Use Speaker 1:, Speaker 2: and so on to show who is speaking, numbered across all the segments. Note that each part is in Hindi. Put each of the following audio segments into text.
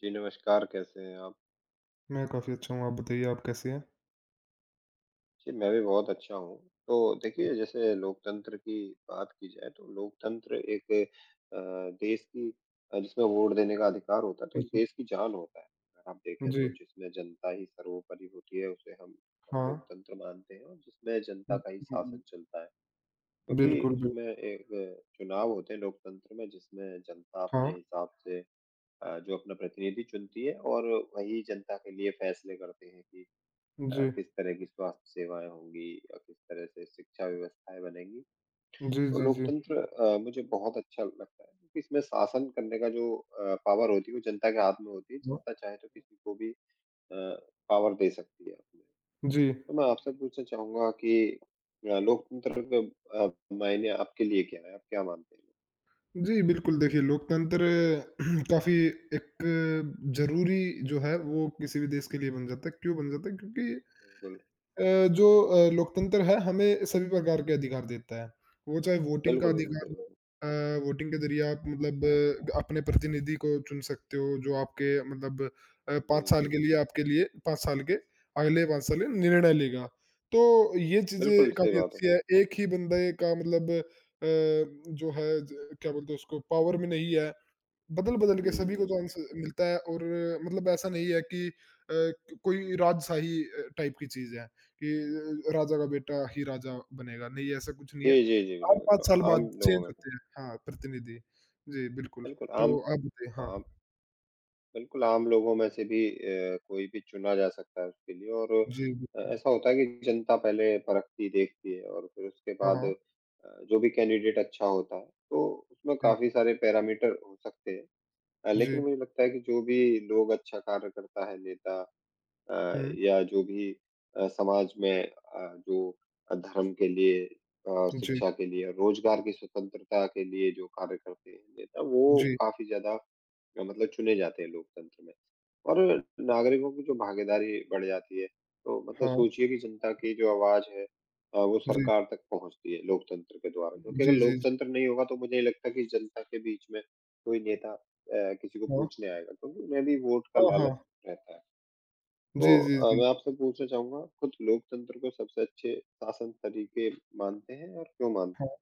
Speaker 1: जी, नमस्कार, कैसे हैं आप?
Speaker 2: मैं काफ़ी अच्छा हूँ, आप बताइए आप कैसे हैं?
Speaker 1: जी, मैं भी बहुत अच्छा हूँ। तो देखिए, जैसे लोकतंत्र की बात की जाए, तो लोकतंत्र एक अ, देश की जिसमें वोट देने का अधिकार होता है, तो एक
Speaker 2: जी,
Speaker 1: देश की जान होता है। अगर आप देखें,
Speaker 2: जी,
Speaker 1: तो जिसमें जनता ही सर्वोपरि होती है, उसे हम
Speaker 2: हाँ।
Speaker 1: लोकतंत्र मानते हैं और जिसमें जनता
Speaker 2: हुँ,
Speaker 1: का ही
Speaker 2: हुँ,
Speaker 1: शासन चलता है। क्योंकि
Speaker 2: बिल्कुल, बिल
Speaker 1: उसमें एक चुनाव होते हैं लोकतंत्र में, जिसमें जनता
Speaker 2: हाँ,
Speaker 1: अपने हिसाब से जो अपना प्रतिनिधि चुनती है और वही जनता के लिए फैसले करते हैं कि
Speaker 2: जी।
Speaker 1: किस तरह की स्वास्थ्य सेवाएँ होंगी और किस तरह से शिक्षा व्यवस्थाएँ बनेंगी।
Speaker 2: जी,
Speaker 1: तो
Speaker 2: जी, जी।
Speaker 1: लोकतंत्र मुझे बहुत अच्छा लगता है क्योंकि इसमें शासन करने का जो पावर होती है वो जनता के हाथ में होती है।
Speaker 2: हाँ,
Speaker 1: जनता चाहे तो किसी को भी अ, पावर दे सकती है अपने।
Speaker 2: जी।
Speaker 1: तो मैं आपसे पूछना चाहूँगा कि लोकतंत्र के अ, मायने आपके लिए क्या है? आप क्या मानते हैं?
Speaker 2: जी, बिल्कुल, देखिए लोकतंत्र काफ़ी एक ज़रूरी जो है वो किसी भी देश के लिए बन जाता है। क्यों बन जाता है? क्योंकि
Speaker 1: बिल्कुल,
Speaker 2: अ, जो लोकतंत्र है हमें सभी प्रकार के अधिकार देता है। वो चाहे वोटिंग का
Speaker 1: बिल्कुल, बिल्कुल
Speaker 2: अधिकार
Speaker 1: सही
Speaker 2: हो,
Speaker 1: बात है।
Speaker 2: अ, वोटिंग के ज़रिए आप मतलब अपने प्रतिनिधि को चुन सकते हो, जो आपके मतलब
Speaker 1: जी,
Speaker 2: 5 साल
Speaker 1: जी,
Speaker 2: के
Speaker 1: जी।
Speaker 2: लिए, आपके लिए 5 साल के, अगले 5 साल में निर्णय लेगा। तो ये
Speaker 1: बिल्कुल
Speaker 2: चीज़ें
Speaker 1: सही
Speaker 2: काफ़ी
Speaker 1: बात है।
Speaker 2: अच्छी है। एक ही बंदे का मतलब, जो है ज क्या बोलते हैं, उसको पावर में नहीं है, बदल-बदल के सभी को चांस
Speaker 1: हुँ,
Speaker 2: मिलता है। और मतलब ऐसा नहीं है कि कोई राजशाही टाइप की चीज़ है कि राजा का बेटा ही राजा बनेगा, नहीं ऐसा कुछ नहीं
Speaker 1: जी,
Speaker 2: है।
Speaker 1: जी, जी,
Speaker 2: हर
Speaker 1: बिल्कुल, बिल्कुल।
Speaker 2: 5 साल
Speaker 1: आम
Speaker 2: बाद
Speaker 1: लोगों
Speaker 2: चेंज
Speaker 1: में तो,
Speaker 2: होते हैं, हाँ, प्रतिनिधि। जी, बिल्कुल।
Speaker 1: बिल्कुल आम
Speaker 2: तो आप बताइए? हाँ।
Speaker 1: आम बिल्कुल, आम लोगों में से भी कोई भी चुना जा सकता है उसके लिए और
Speaker 2: जी, बिल्कुल।
Speaker 1: ऐसा होता है कि जनता पहले परखती, देखती है और फिर उसके
Speaker 2: हाँ,
Speaker 1: बाद
Speaker 2: हाँ।
Speaker 1: जो भी कैंडिडेट अच्छा होता है, तो उसमें
Speaker 2: जी,
Speaker 1: काफ़ी सारे पैरामीटर हो सकते हैं।
Speaker 2: जी।
Speaker 1: लेकिन मुझे लगता है कि जो भी लोग अच्छा कार्य करता है नेता
Speaker 2: हुँ,
Speaker 1: या जो भी समाज में जो धर्म के लिए
Speaker 2: जी,
Speaker 1: शिक्षा के लिए, रोजगार की स्वतंत्रता के लिए जो कार्य करते हैं नेता, वो
Speaker 2: जी।
Speaker 1: काफ़ी ज़्यादा मतलब चुने जाते हैं लोकतंत्र में। और नागरिकों की जो भागीदारी बढ़ जाती है, तो मतलब
Speaker 2: हाँ,
Speaker 1: सोचिए कि जनता की जो आवाज़ है वो
Speaker 2: जी।
Speaker 1: सरकार तक पहुँचती है लोकतंत्र के द्वारा। क्योंकि अगर
Speaker 2: जी, जी, जी।
Speaker 1: लोकतंत्र नहीं होगा तो मुझे नहीं लगता कि जनता के बीच में कोई नेता किसी को
Speaker 2: हाँ।
Speaker 1: पूछने आएगा, क्योंकि उन्हें भी वोट का
Speaker 2: हाँ,
Speaker 1: लालच
Speaker 2: हाँ।
Speaker 1: रहता है। तो
Speaker 2: जी, जी, जी।
Speaker 1: मैं आपसे पूछना चाहूँगा, खुद लोकतंत्र को सबसे अच्छे शासन तरीके मानते हैं और क्यों मानते
Speaker 2: हाँ।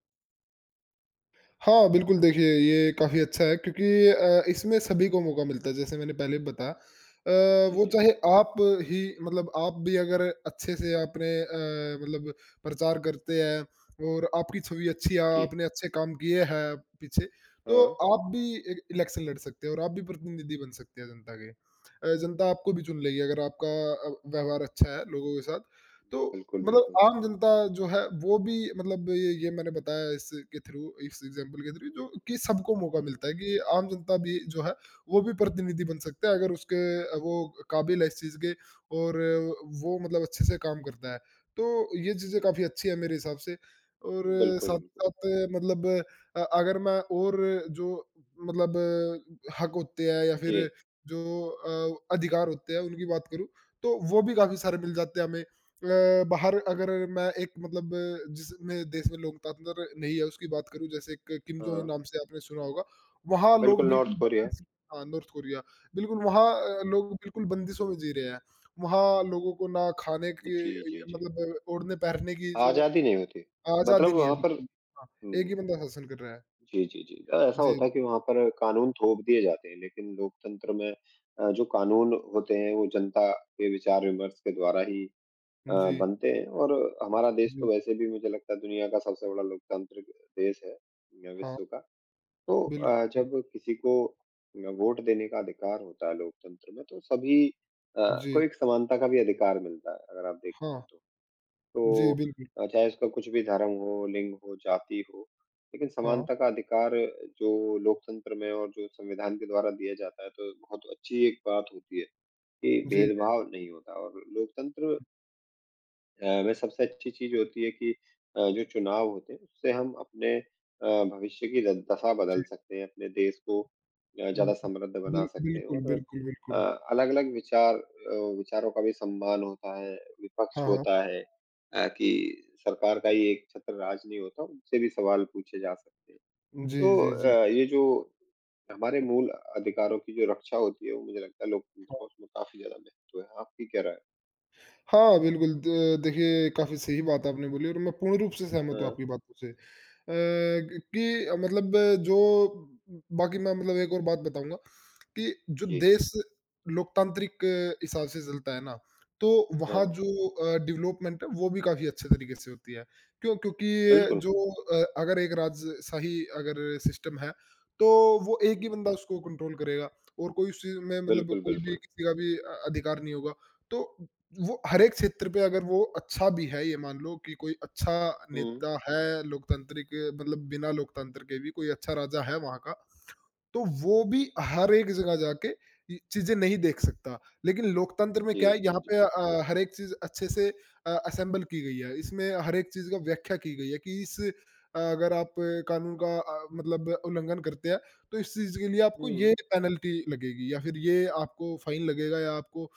Speaker 2: हाँ, बिल्कुल, देखिए ये काफ़ी अच्छा है क्योंकि इसमें सभी को मौका मिलता है। जैसे मैंने पहले बताया,
Speaker 1: हैं? जी, जी,
Speaker 2: वो
Speaker 1: जी।
Speaker 2: चाहे आप ही, मतलब आप भी अगर अच्छे से आपने, मतलब प्रचार करते हैं और आपकी छवि अच्छी है,
Speaker 1: जी।
Speaker 2: आपने अच्छे काम किए हैं पीछे, तो
Speaker 1: हाँ,
Speaker 2: आप भी इ इलेक्शन लड़ सकते हैं और आप भी प्रतिनिधि बन सकते हैं जनता के। जनता आपको भी चुन लेगी अगर आपका व्यवहार अच्छा है लोगों के साथ। तो
Speaker 1: बिल्कुल,
Speaker 2: मतलब
Speaker 1: बिल्कुल।
Speaker 2: आम जनता जो है वो भी मतलब, ये मैंने बताया, इसके थ्रू, इस एग्जांपल के थ्रू, जो कि सबको मौका
Speaker 1: हुँ,
Speaker 2: मिलता है कि आम जनता भी जो है वो भी प्रतिनिधि बन सकता है, अगर उसके वो काबिल है इस चीज़ के और वो मतलब अच्छे से काम करता है। तो ये चीज़ें काफ़ी अच्छी है मेरे हिसाब से। और
Speaker 1: हुँ, बिल्कुल,
Speaker 2: साथ ही
Speaker 1: बिल्कुल।
Speaker 2: साथ मतलब, अगर मैं और जो मतलब हक होते हैं या फिर
Speaker 1: जी,
Speaker 2: जो अधिकार होते हैं उनकी बात करूँ, तो वो भी काफ़ी सारे मिल जाते हैं हमें। बाहर, अगर मैं एक मतलब, जिस में देश में लोकतंत्र नहीं है उसकी बात करूँ, जैसे एक किम जोंग
Speaker 1: हाँ,
Speaker 2: नाम से आपने सुना होगा, वहाँ लोग
Speaker 1: बिल्कुल
Speaker 2: हुँ।
Speaker 1: नॉर्थ
Speaker 2: बिल्कुल
Speaker 1: कोरिया।
Speaker 2: बंदिश हाँ, नॉर्थ कोरिया, बिल्कुल वहाँ
Speaker 1: हाँ जी।
Speaker 2: लोग बिल्कुल बंदिशों में जी रहे हैं। वहाँ लोगों को ना खाने की,
Speaker 1: जी, जी, जी।
Speaker 2: मतलब ओढ़ने-पहनने की जो
Speaker 1: आज़ादी नहीं होती,
Speaker 2: आज़ादी
Speaker 1: मतलब
Speaker 2: नहीं है
Speaker 1: वहाँ पर
Speaker 2: बिल्कुल। हाँ, एक
Speaker 1: हुँ,
Speaker 2: ही बंदा शासन कर रहा है।
Speaker 1: जी, जी, जी। ऐसा
Speaker 2: जी,
Speaker 1: होता है कि वहाँ पर कानून थोप दिए जाते हैं, लेकिन लोकतंत्र में जो कानून होते हैं, वो जनता के विचार-विमर्श के द्वारा ही अ,
Speaker 2: जी,
Speaker 1: बनते हैं और हमारा देश तो
Speaker 2: जी,
Speaker 1: वैसे भी मुझे लगता है दुनिया का सबसे बड़ा लोकतांत्रिक देश है या
Speaker 2: हाँ,
Speaker 1: विश्व का। तो
Speaker 2: बिल्कुल,
Speaker 1: जब किसी को वोट देने का अधिकार होता है लोकतंत्र में तो सभी को
Speaker 2: जी,
Speaker 1: एक समानता का भी अधिकार मिलता है अगर आप देखेंगे
Speaker 2: हाँ,
Speaker 1: तो। तो
Speaker 2: जी, बिल्कुल,
Speaker 1: चाहे उसका कुछ भी धर्म हो, लिंग हो, जाति हो, लेकिन
Speaker 2: हाँ,
Speaker 1: समानता का अधिकार जो लोकतंत्र में और जो संविधान के द्वारा दिया जाता है तो बहुत अच्छी एक बात होती है कि
Speaker 2: जी,
Speaker 1: भेदभाव नहीं होता और लोकतंत्र में सबसे अच्छी चीज़ होती है कि जो चुनाव होते हैं उससे हम अपने भविष्य की द दशा
Speaker 2: जी,
Speaker 1: बदल सकते हैं, अपने देश को
Speaker 2: उम,
Speaker 1: ज़्यादा समृद्ध बना
Speaker 2: बिल
Speaker 1: सकते हैं
Speaker 2: बिल्कुल,
Speaker 1: और
Speaker 2: बिल्कुल,
Speaker 1: अ,
Speaker 2: बिल्कुल।
Speaker 1: अलग-अलग विचार विचारों का भी सम्मान होता है, विपक्ष
Speaker 2: हाँ, हाँ।
Speaker 1: होता है कि सरकार का ही एक छत्र राज नहीं होता, उनसे भी सवाल पूछे जा सकते हैं।
Speaker 2: जी,
Speaker 1: तो
Speaker 2: जी, जी।
Speaker 1: ये जो हमारे मूल अधिकारों की जो रक्षा होती है, वो मुझे लगता है लोकतंत्र का उसमें काफ़ी ज़्यादा महत्व है। आपकी क्या राय है?
Speaker 2: हाँ, बिल्कुल, द देखिए, काफ़ी सही बात आपने बोली और मैं पूर्ण रूप से सहमत हूँ
Speaker 1: हाँ,
Speaker 2: आपकी बातों से। ग कि मतलब जो बाकी, मैं मतलब एक और बात बताऊँगा, कि जो
Speaker 1: जी।
Speaker 2: देश लोकतांत्रिक हिसाब से चलता है ना, तो
Speaker 1: हाँ,
Speaker 2: वहाँ
Speaker 1: हाँ।
Speaker 2: जो डेवलपमेंट है वो भी काफ़ी अच्छे तरीके से होती है। क्यों? क्योंकि
Speaker 1: बिल्कुल।
Speaker 2: जो, अगर एक राजशाही अगर सिस्टम है, तो वो एक ही
Speaker 1: हुँ,
Speaker 2: बंदा उसको कंट्रोल करेगा और कोई उस चीज़ में मतलब,
Speaker 1: बिल्कुल,
Speaker 2: कोई भी
Speaker 1: बिल्कुल।
Speaker 2: किसी का भी अधिकार नहीं होगा। तो वो हर एक क्षेत्र पे, अगर वो अच्छा भी है, ये मान लो कि कोई अच्छा
Speaker 1: हुँ,
Speaker 2: नेता है लोकतांत्रिक, मतलब बिना लोकतंत्र के भी कोई अच्छा राजा है वहाँ का, तो वो भी हर एक जगह जाके ये चीज़ें नहीं देख सकता। लेकिन लोकतंत्र में
Speaker 1: जी,
Speaker 2: क्या है,
Speaker 1: जी,
Speaker 2: यहाँ पे
Speaker 1: जी।
Speaker 2: हर एक चीज़ अच्छे से असेंबल की गई है। इसमें हर एक चीज़ का व्याख्या की गई है कि इस, अगर आप कानून का मतलब उल्लंघन करते हैं, तो इस चीज़ के लिए आपको ये
Speaker 1: हुँ,
Speaker 2: पेनल्टी लगेगी, या फिर ये आपको फाइन लगेगा, या आपको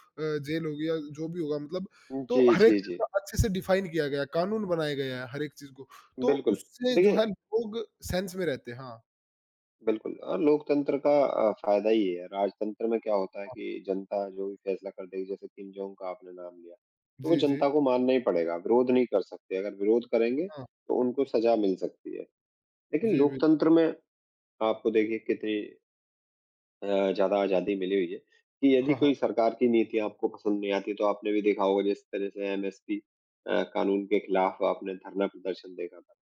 Speaker 2: जेल होगी, या जो भी होगा मतलब। तो
Speaker 1: जी,
Speaker 2: हर एक
Speaker 1: जी,
Speaker 2: चीज़
Speaker 1: जी,
Speaker 2: का अच्छे से डिफाइन किया गया है, कानून बनाए गए हैं हर एक चीज़ को। तो
Speaker 1: बिल्कुल।
Speaker 2: उससे जो
Speaker 1: देखिए,
Speaker 2: है लोग सेंस में रहते हैं। हाँ,
Speaker 1: बिल्कुल लोकतंत्र का फ़ायदा ये है, राजतंत्र में क्या होता है
Speaker 2: हाँ।
Speaker 1: कि जनता जो भी फैसला कर देगी, जैसे किम जोंग का आपने नाम लिया, तो वो
Speaker 2: जी, जी।
Speaker 1: जनता को मानना ही पड़ेगा, विरोध नहीं कर सकते। अगर विरोध करेंगे,
Speaker 2: हाँ।
Speaker 1: तो उनको सज़ा मिल सकती है। लेकिन
Speaker 2: जी, बिल
Speaker 1: लोकतंत्र में आपको देखिए कितनी ज़्यादा आज़ादी मिली हुई है कि यदि
Speaker 2: हाँ,
Speaker 1: कोई
Speaker 2: हाँ।
Speaker 1: सरकार की नीति आपको पसंद नहीं आती, तो आपने भी देखा होगा जिस तरह से एमएसपी कानून के खिलाफ आपने धरना प्रदर्शन देखा था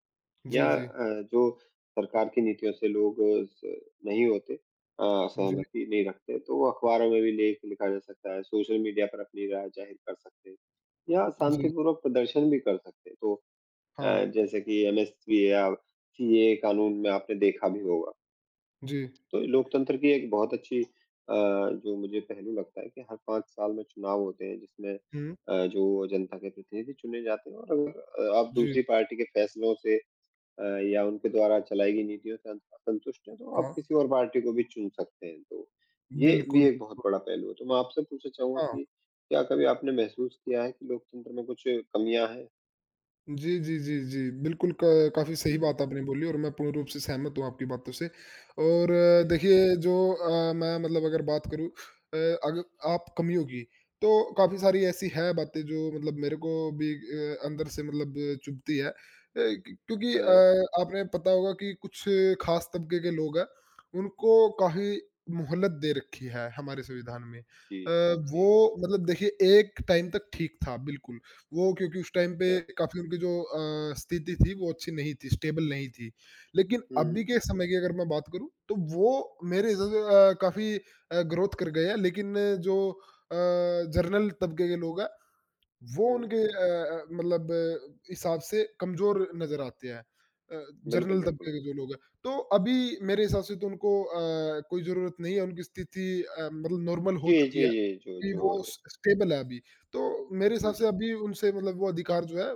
Speaker 1: या
Speaker 2: जी, जी।
Speaker 1: जो सरकार की नीतियों से लोग अ, स नहीं होते
Speaker 2: जी,
Speaker 1: सहमति नहीं रखते, तो वो अखबारों में भी लेख लिखा जा सकता है, सोशल मीडिया पर अपनी राय जाहिर कर सकते हैं या
Speaker 2: जी,
Speaker 1: शांतिपूर्वक प्रदर्शन भी कर सकते हैं। तो
Speaker 2: हाँ।
Speaker 1: जैसे कि एमएसपी या सीएए कानून में आपने देखा भी होगा।
Speaker 2: जी।
Speaker 1: तो लोकतंत्र की एक बहुत अच्छी जो मुझे पहलू लगता है कि हर 5 साल में चुनाव होते हैं जिसमें
Speaker 2: हुँ।
Speaker 1: जो जनता के प्रतिनिधि चुने जाते हैं और अगर आप
Speaker 2: जी,
Speaker 1: दूसरी पार्टी के फैसलों से अ, या उनके द्वारा चलाई गई नीतियों से असंतुष्ट हैं तो आप
Speaker 2: हाँ,
Speaker 1: किसी और पार्टी को भी चुन सकते हैं। तो ये भी
Speaker 2: बिल्कुल।
Speaker 1: एक बहुत बड़ा पहलू है। तो मैं आपसे पूछना चाहूँगा
Speaker 2: हाँ।
Speaker 1: कि क्या कभी आपने महसूस किया है कि लोकतंत्र में कुछ कमियाँ हैं?
Speaker 2: जी, जी, जी, जी। बिल्कुल, क काफ़ी सही
Speaker 1: हुँ, हुँ।
Speaker 2: बात आपने बोली और मैं पूर्ण रूप से सहमत हूँ आपकी बातों से। और
Speaker 1: जी।
Speaker 2: देखिए जो, मैं मतलब अगर बात करूँ, अग आप कमियों की, तो काफ़ी सारी ऐसी है बातें जो मतलब मेरे को भी, अंदर से मतलब चुभती है। क क्योंकि
Speaker 1: हाँ।
Speaker 2: आपने पता होगा कि कुछ ख़ास तबके के लोग हैं, उनको काफ़ी मोहलत दे रखी है हमारे संविधान में।
Speaker 1: जी,
Speaker 2: वो
Speaker 1: जी।
Speaker 2: मतलब देखिए, एक टाइम तक ठीक था बिल्कुल, वो क्योंकि उस टाइम पे
Speaker 1: अच्छा।
Speaker 2: काफ़ी उनकी जो स्थिति थी वो अच्छी नहीं थी, स्टेबल नहीं थी। लेकिन
Speaker 1: हुँ,
Speaker 2: अभी
Speaker 1: हुँ।
Speaker 2: के समय की अगर मैं बात करूँ, तो वो मेरे हिसाब से काफ़ी ग्रोथ कर गए हैं, लेकिन जो अ, जनरल तबके के लोग हैं वो
Speaker 1: हुँ।
Speaker 2: उनके मतलब हिसाब से कमज़ोर नज़र आते हैं। अ,
Speaker 1: बिल्कुल,
Speaker 2: जनरल तबके
Speaker 1: बिल्कुल।
Speaker 2: के जो लोग हैं। तो अभी मेरे हिसाब से तो उनको कोई ज़रूरत नहीं है, उनकी स्थिति मतलब नॉर्मल हो
Speaker 1: जी,
Speaker 2: चुकी है।
Speaker 1: जी, जी, जो
Speaker 2: कि
Speaker 1: जो
Speaker 2: वो स स्टेबल है अभी। तो मेरे हिसाब से
Speaker 1: जी,
Speaker 2: अभी उनसे मतलब वो अधिकार जो है,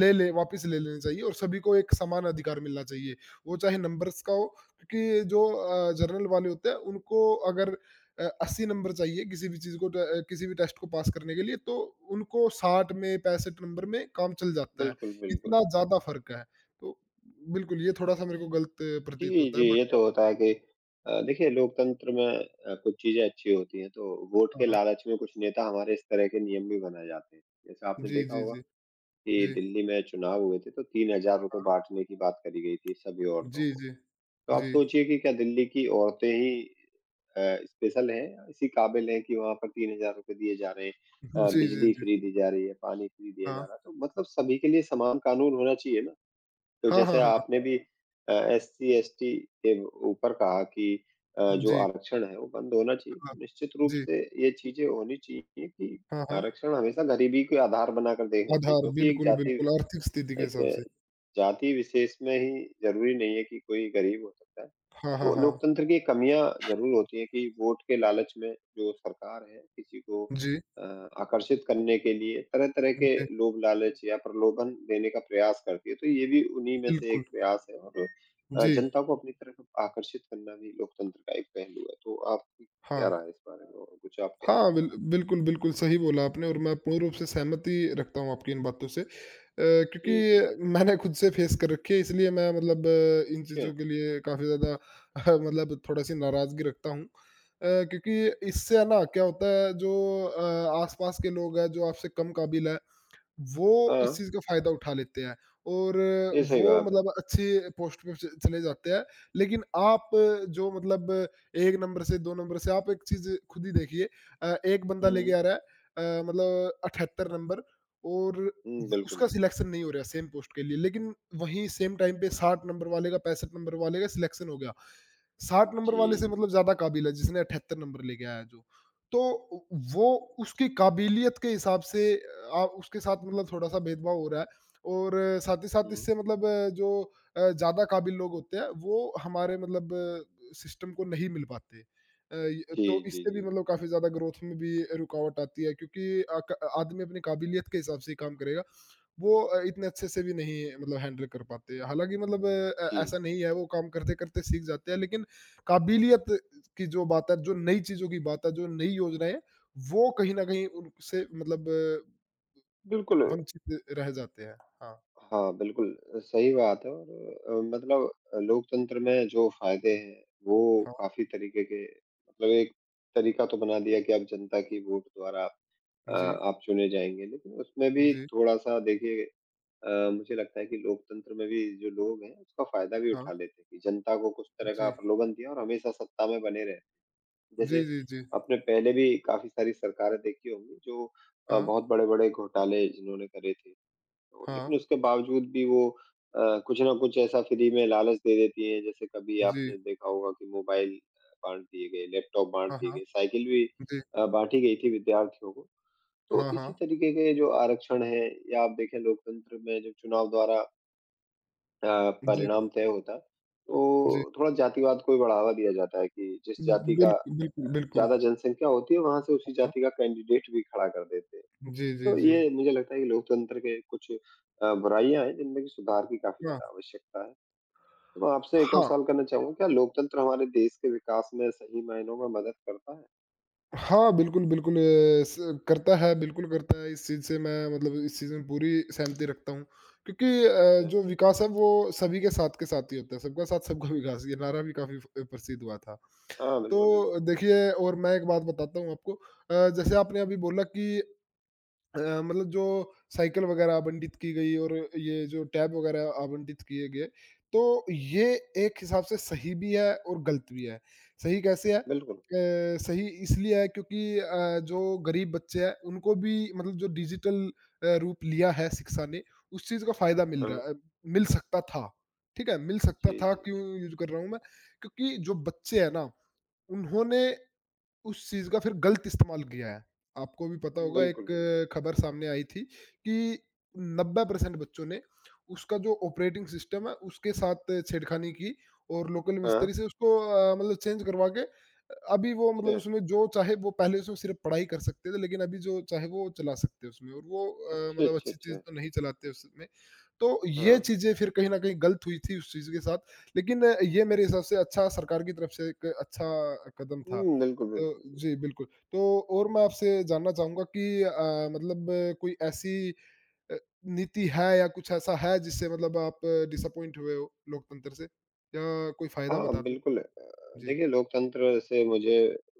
Speaker 2: ले ले वापस ले लेने चाहिए और सभी को एक समान अधिकार मिलना चाहिए। वो चाहे नंबर्स का हो, क्योंकि जो जनरल वाले होते हैं उनको अगर 80 नंबर चाहिए किसी भी चीज़ को, ट किसी भी टेस्ट को पास करने के लिए, तो उनको 60 में 65 नंबर में काम चल जाता है।
Speaker 1: बिल्कुल, बिल्कुल।
Speaker 2: इतना ज़्यादा फ़र्क है। तो बिल्कुल ये थोड़ा-सा मेरे को गलत प्रतीत
Speaker 1: जी,
Speaker 2: होता
Speaker 1: जी,
Speaker 2: है,
Speaker 1: ये
Speaker 2: बाकी आप।
Speaker 1: तो होता है कि देखिए लोकतंत्र में कुछ चीज़ें अच्छी होती हैं, तो वोट
Speaker 2: हाँ,
Speaker 1: के
Speaker 2: हाँ।
Speaker 1: लालच में कुछ नेता हमारे इस तरह के नियम भी बना जाते हैं। जैसे आपने
Speaker 2: जी,
Speaker 1: देखा
Speaker 2: जी,
Speaker 1: होगा
Speaker 2: जी।
Speaker 1: कि
Speaker 2: जी।
Speaker 1: दिल्ली में चुनाव हुए थे, तो ₹3000 बाँटने की बात करी गई थी सभी औरतों
Speaker 2: जी,
Speaker 1: को।
Speaker 2: जी।
Speaker 1: तो आप
Speaker 2: जी।
Speaker 1: सोचिए कि क्या दिल्ली की औरतें ही स्पेशल हैं, इसी काबिल हैं कि वहाँ पर ₹3000 दिए जा रहे हैं।
Speaker 2: जी, जी, जी।
Speaker 1: बिजली
Speaker 2: जी,
Speaker 1: फ्री दी जा रही है, पानी फ्री दिया जा
Speaker 2: हाँ।
Speaker 1: रहा है, तो मतलब सभी के लिए समान कानून होना चाहिए ना। तो
Speaker 2: हाँ,
Speaker 1: जैसे
Speaker 2: हाँ, हाँ।
Speaker 1: आपने भी एससी-एसटी के ऊपर कहा कि जो
Speaker 2: जी,
Speaker 1: आरक्षण है वो बंद होना चाहिए।
Speaker 2: हाँ।
Speaker 1: तो निश्चित रूप
Speaker 2: जी,
Speaker 1: से ये चीज़ें होनी चाहिए कि
Speaker 2: हाँ, हाँ।
Speaker 1: आरक्षण हमेशा गरीबी को आधार बनाकर देखना चाहिए
Speaker 2: आधार,
Speaker 1: क्योंकि एक
Speaker 2: बिल्कुल,
Speaker 1: जाति
Speaker 2: बिल्कुल, आर्थिक स्थिति के हिसाब से।
Speaker 1: एक जाति विशेष में ही ज़रूरी नहीं है कि कोई गरीब हो सकता है।
Speaker 2: हाँ, हाँ,
Speaker 1: तो
Speaker 2: हाँ।
Speaker 1: लोकतंत्र की कमियाँ ज़रूर होती हैं कि वोट के लालच में जो सरकार है किसी को
Speaker 2: जी,
Speaker 1: अ, आकर्षित करने के लिए तरह-तरह के
Speaker 2: जी,
Speaker 1: लोभ लालच या प्रलोभन देने का प्रयास करती है। तो ये भी उन्हीं में से
Speaker 2: बिल्कुल।
Speaker 1: एक प्रयास है और
Speaker 2: जी,
Speaker 1: जनता को अपनी तरफ आकर्षित करना भी लोकतंत्र का एक पहलू है। तो आपकी
Speaker 2: हाँ।
Speaker 1: क्या राय है इस बारे में और कुछ आप कहना
Speaker 2: हाँ,
Speaker 1: चाहें?
Speaker 2: बिल्कुल, बिल्कुल सही बोला आपने और मैं पूर्ण रूप से सहमति रखता हूँ आपकी इन बातों से।
Speaker 1: जी, जी, जी।
Speaker 2: क्योंकि मैंने खुद से फेस कर रखी है, इसलिए मैं मतलब इन
Speaker 1: अच्छा,
Speaker 2: चीज़ों के लिए काफ़ी ज़्यादा मतलब थोड़ा-सी नाराज़गी रखता हूँ। क्योंकि
Speaker 1: जी।
Speaker 2: इससे है ना, क्या होता है जो आस-पास के लोग हैं, जो आपसे कम काबिल है, वो इस
Speaker 1: हाँ,
Speaker 2: चीज़ का फ़ायदा उठा लेते हैं और
Speaker 1: ये सही
Speaker 2: वो
Speaker 1: बात है।
Speaker 2: मतलब अच्छे पोस्ट पे च चले जाते हैं। लेकिन आप जो मतलब 1 नंबर से, 2 नंबर से, आप एक चीज़ खुद ही देखिए, एक बंदा लेके
Speaker 1: हुँ,
Speaker 2: आ रहा है मतलब 78 नंबर, और
Speaker 1: हुँ,
Speaker 2: व
Speaker 1: बिल्कुल,
Speaker 2: उसका
Speaker 1: बिल्कुल।
Speaker 2: सिलेक्शन नहीं हो रहा है सेम पोस्ट के लिए। लेकिन वहीं सेम टाइम पे 60 नंबर वाले का, 65 नंबर वाले का सिलेक्शन हो गया। 60 नंबर
Speaker 1: जी।
Speaker 2: वाले से मतलब ज़्यादा काबिल है जिसने 78 नंबर लेके आया है जो। तो वो उसकी काबिलियत के हिसाब से, उसके साथ मतलब थोड़ा-सा भेदभाव हो रहा है। और साथ ही साथ
Speaker 1: हुँ।
Speaker 2: इससे मतलब, जो ज़्यादा काबिल लोग होते हैं, वो हमारे मतलब सिस्टम को नहीं मिल पाते। य
Speaker 1: जी,
Speaker 2: तो
Speaker 1: जी,
Speaker 2: इससे भी
Speaker 1: जी,
Speaker 2: मतलब
Speaker 1: जी।
Speaker 2: काफ़ी ज़्यादा ग्रोथ में भी रुकावट आती है, क्योंकि क आदमी अपनी काबिलियत के हिसाब से ही काम करेगा। वो इतने अच्छे से भी नहीं मतलब हैंडल कर पाते। हालाँकि मतलब
Speaker 1: जी,
Speaker 2: ऐसा नहीं है, वो काम करते-करते सीख जाते हैं, लेकिन काबिलियत की जो बात है, जो नई चीज़ों की बात है, जो नई योजनाएँ हैं, वो कहीं न कहीं उनसे मतलब
Speaker 1: बिल्कुल
Speaker 2: वंचित रह जाते हैं। हाँ,
Speaker 1: हाँ, बिल्कुल सही बात है और मतलब लोकतंत्र में जो फ़ायदे हैं, वो
Speaker 2: हाँ।
Speaker 1: काफ़ी तरीके के मतलब एक तरीका तो बना दिया कि आप जनता की वोट द्वारा अ,
Speaker 2: जी,
Speaker 1: आप चुने जाएँगे। लेकिन उसमें भी
Speaker 2: जी,
Speaker 1: थोड़ा-सा देखिए मुझे लगता है कि लोकतंत्र में भी जो लोग हैं, उसका फ़ायदा भी
Speaker 2: हाँ,
Speaker 1: उठा लेते हैं कि जनता को कुछ तरह का
Speaker 2: जी।
Speaker 1: प्रलोभन दिया और हमेशा सत्ता में बने रहे।
Speaker 2: जी,
Speaker 1: जैसे
Speaker 2: जी, जी।
Speaker 1: आपने पहले भी काफ़ी सारी सरकारें देखी होंगी जो
Speaker 2: हाँ,
Speaker 1: बहुत बड़े-बड़े घोटाले जिन्होंने करे थे। तो
Speaker 2: हाँ।
Speaker 1: लेकिन उसके बावजूद भी वो कुछ ना कुछ ऐसा फ्री में लालच दे देती हैं। जैसे कभी
Speaker 2: जी।
Speaker 1: आपने देखा होगा कि मोबाइल बाँट दिए गए, लैपटॉप बाँट
Speaker 2: हाँ,
Speaker 1: दिए
Speaker 2: हाँ।
Speaker 1: गए, साइकिल भी
Speaker 2: जी।
Speaker 1: बाँटी गई थी विद्यार्थियों को। तो
Speaker 2: हाँ,
Speaker 1: इसी
Speaker 2: हाँ।
Speaker 1: तरीके के जो आरक्षण है या आप देखें लोकतंत्र में जो चुनाव द्वारा
Speaker 2: जी,
Speaker 1: परिणाम तय होता।
Speaker 2: जी।
Speaker 1: तो थोड़ा जातिवाद को भी बढ़ावा दिया जाता है कि जिस जाति का
Speaker 2: बिल्कुल, बिल्कुल।
Speaker 1: ज़्यादा जनसंख्या होती है वहाँ से उसी
Speaker 2: हाँ।
Speaker 1: जाति का कैंडिडेट भी खड़ा कर देते हैं।
Speaker 2: जी, जी,
Speaker 1: तो
Speaker 2: जी।
Speaker 1: ये मुझे लगता है कि लोकतंत्र के कुछ बुराइयाँ हैं जिनमें कि सुधार की काफ़ी
Speaker 2: हाँ,
Speaker 1: ज़्यादा आवश्यकता है। तो मैं आपसे एक और
Speaker 2: हाँ।
Speaker 1: सवाल करना चाहूँगा क्या लोकतंत्र हमारे देश के विकास में सही मायनों में मदद करता है?
Speaker 2: हाँ, बिल्कुल, बिल्कुल, स करता है, बिल्कुल करता है। इस चीज़ से मैं मतलब इस चीज़ में पूरी सहमति रखता हूँ, क्योंकि
Speaker 1: अच्छा।
Speaker 2: जो विकास है वो सभी के साथ ही होता है। सबका साथ, सबका विकास, ये नारा भी काफ़ी फ प्रसिद्ध हुआ था।
Speaker 1: हाँ, बिल्कुल, बिल्कुल।
Speaker 2: तो देखिए, और मैं एक बात बताता हूँ आपको, जैसे आपने अभी बोला कि अ, मतलब जो साइकिल वगैरह आवंटित की गई, और ये जो टैब वगैरह आवंटित किए गए, तो ये
Speaker 1: हुँ,
Speaker 2: एक हिसाब से सही भी है और गलत भी है। सही कैसे है?
Speaker 1: बिल्कुल।
Speaker 2: सही इसलिए है क्योंकि जो गरीब बच्चे हैं, उनको भी मतलब जो डिजिटल रूप लिया है शिक्षा ने, उस चीज़ का फ़ायदा मिल
Speaker 1: हाँ।
Speaker 2: रहा है, मिल सकता था। ठीक है? मिल सकता
Speaker 1: जी,
Speaker 2: था
Speaker 1: जी,
Speaker 2: क्यों
Speaker 1: जी।
Speaker 2: यूज़ कर रहा हूँ मैं? क्योंकि जो बच्चे हैं ना, उन्होंने उस चीज़ का फिर गलत इस्तेमाल किया है। आपको भी पता होगा,
Speaker 1: बिल्कुल,
Speaker 2: एक
Speaker 1: बिल्कुल।
Speaker 2: खबर सामने आई थी कि 90% बच्चों ने उसका जो ऑपरेटिंग सिस्टम है उसके साथ छेड़खानी की, और लोकल
Speaker 1: हाँ।
Speaker 2: मिस्त्री से उसको मतलब चेंज करवा के अभी, वो मतलब
Speaker 1: अच्छा।
Speaker 2: उसमें जो चाहे वो। पहले उसमें सिर्फ़ पढ़ाई कर सकते थे, लेकिन अभी जो चाहे वो चला सकते हैं उसमें। और वो
Speaker 1: अच्छा,
Speaker 2: मतलब
Speaker 1: अच्छा,
Speaker 2: अच्छी चीज़
Speaker 1: अच्छा।
Speaker 2: तो नहीं चलाते उसमें। तो ये
Speaker 1: हाँ।
Speaker 2: चीज़ें फिर कहीं न कहीं गलत हुई थी उस चीज़ के साथ, लेकिन ये मेरे हिसाब से अच्छा, सरकार की तरफ से एक अच्छा कदम था।
Speaker 1: हुँ, बिल्कुल, बिल्कुल, बिल्कुल।
Speaker 2: जी, बिल्कुल। तो और मैं आपसे जानना चाहूँगा कि मतलब कोई ऐसी अ, नीति है, या कुछ ऐसा है जिससे मतलब आप डिसअपॉइंट हुए हो लोकतंत्र से? या कोई फ़ायदा
Speaker 1: हाँ,
Speaker 2: बता दो?
Speaker 1: बिल्कुल
Speaker 2: जी,
Speaker 1: देखिए लोकतंत्र से मुझे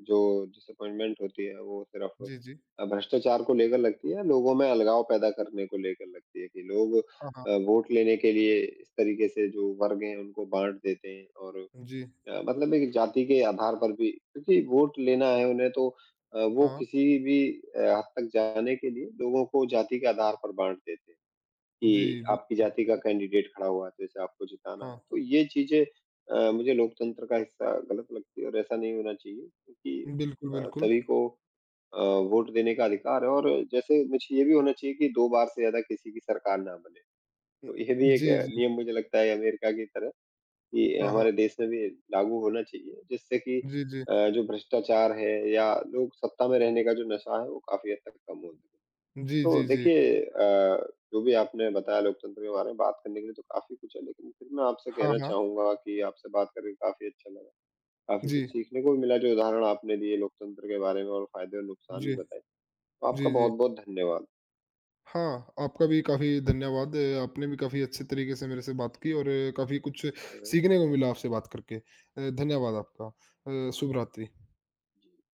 Speaker 1: जो डिसअपॉइंटमेंट होती है वो सिर्फ़
Speaker 2: जी, जी।
Speaker 1: भ्रष्टाचार को लेकर लगती है, लोगों में अलगाव पैदा करने को लेकर लगती है कि लोग
Speaker 2: हाँ, हाँ।
Speaker 1: वोट लेने के लिए इस तरीके से जो वर्ग हैं उनको बाँट देते हैं और
Speaker 2: जी,
Speaker 1: मतलब एक जाति के आधार पर भी क्योंकि वोट लेना है उन्हें तो वो
Speaker 2: हाँ।
Speaker 1: किसी भी हद तक जाने के लिए लोगों को जाति के आधार पर बाँट देते हैं। कि
Speaker 2: जी,
Speaker 1: आपकी
Speaker 2: बिल्कुल।
Speaker 1: जाति का कैंडिडेट खड़ा हुआ है, तो इसे आपको जिताना
Speaker 2: हाँ,
Speaker 1: है। तो ये चीज़ें मुझे लोकतंत्र का हिस्सा गलत लगती है और ऐसा नहीं होना चाहिए क्योंकि
Speaker 2: बिल्कुल, बिल्कुल।
Speaker 1: सभी को अ, वोट देने का अधिकार है और जैसे मुझे ये भी होना चाहिए कि 2 बार से ज़्यादा किसी की सरकार ना बने। तो ये भी एक
Speaker 2: जी, जी।
Speaker 1: नियम मुझे लगता है अमेरिका की तरह कि
Speaker 2: हाँ, हाँ।
Speaker 1: हमारे देश में भी लागू होना चाहिए जिससे कि
Speaker 2: जी, जी।
Speaker 1: जो भ्रष्टाचार है या लोग सत्ता में रहने का जो नशा है वो काफ़ी हद तक कम हो सके।
Speaker 2: जी,
Speaker 1: तो
Speaker 2: जी, जी।
Speaker 1: देखिए जो भी आपने बताया लोकतंत्र के बारे में बात करने के लिए तो काफ़ी कुछ है, लेकिन फिर मैं आपसे
Speaker 2: हाँ,
Speaker 1: कहना
Speaker 2: हाँ।
Speaker 1: चाहूँगा कि आपसे बात करके काफ़ी अच्छा लगा। काफ़ी कुछ
Speaker 2: जी,
Speaker 1: सीखने को भी मिला जो उदाहरण आपने दिए लोकतंत्र के बारे में और फ़ायदे और नुकसान भी
Speaker 2: जी,
Speaker 1: बताए। तो
Speaker 2: जी,
Speaker 1: आपका
Speaker 2: जी।
Speaker 1: बहुत-बहुत धन्यवाद।
Speaker 2: हाँ, आपका भी काफ़ी धन्यवाद। आपने भी काफ़ी अच्छे तरीके से मेरे से बात की,
Speaker 1: जी, जी।
Speaker 2: और काफ़ी कुछ
Speaker 1: हुँ,
Speaker 2: सीखने को मिला आपसे बात करके। धन्यवाद आपका। शुभ रात्रि।
Speaker 1: हुँ।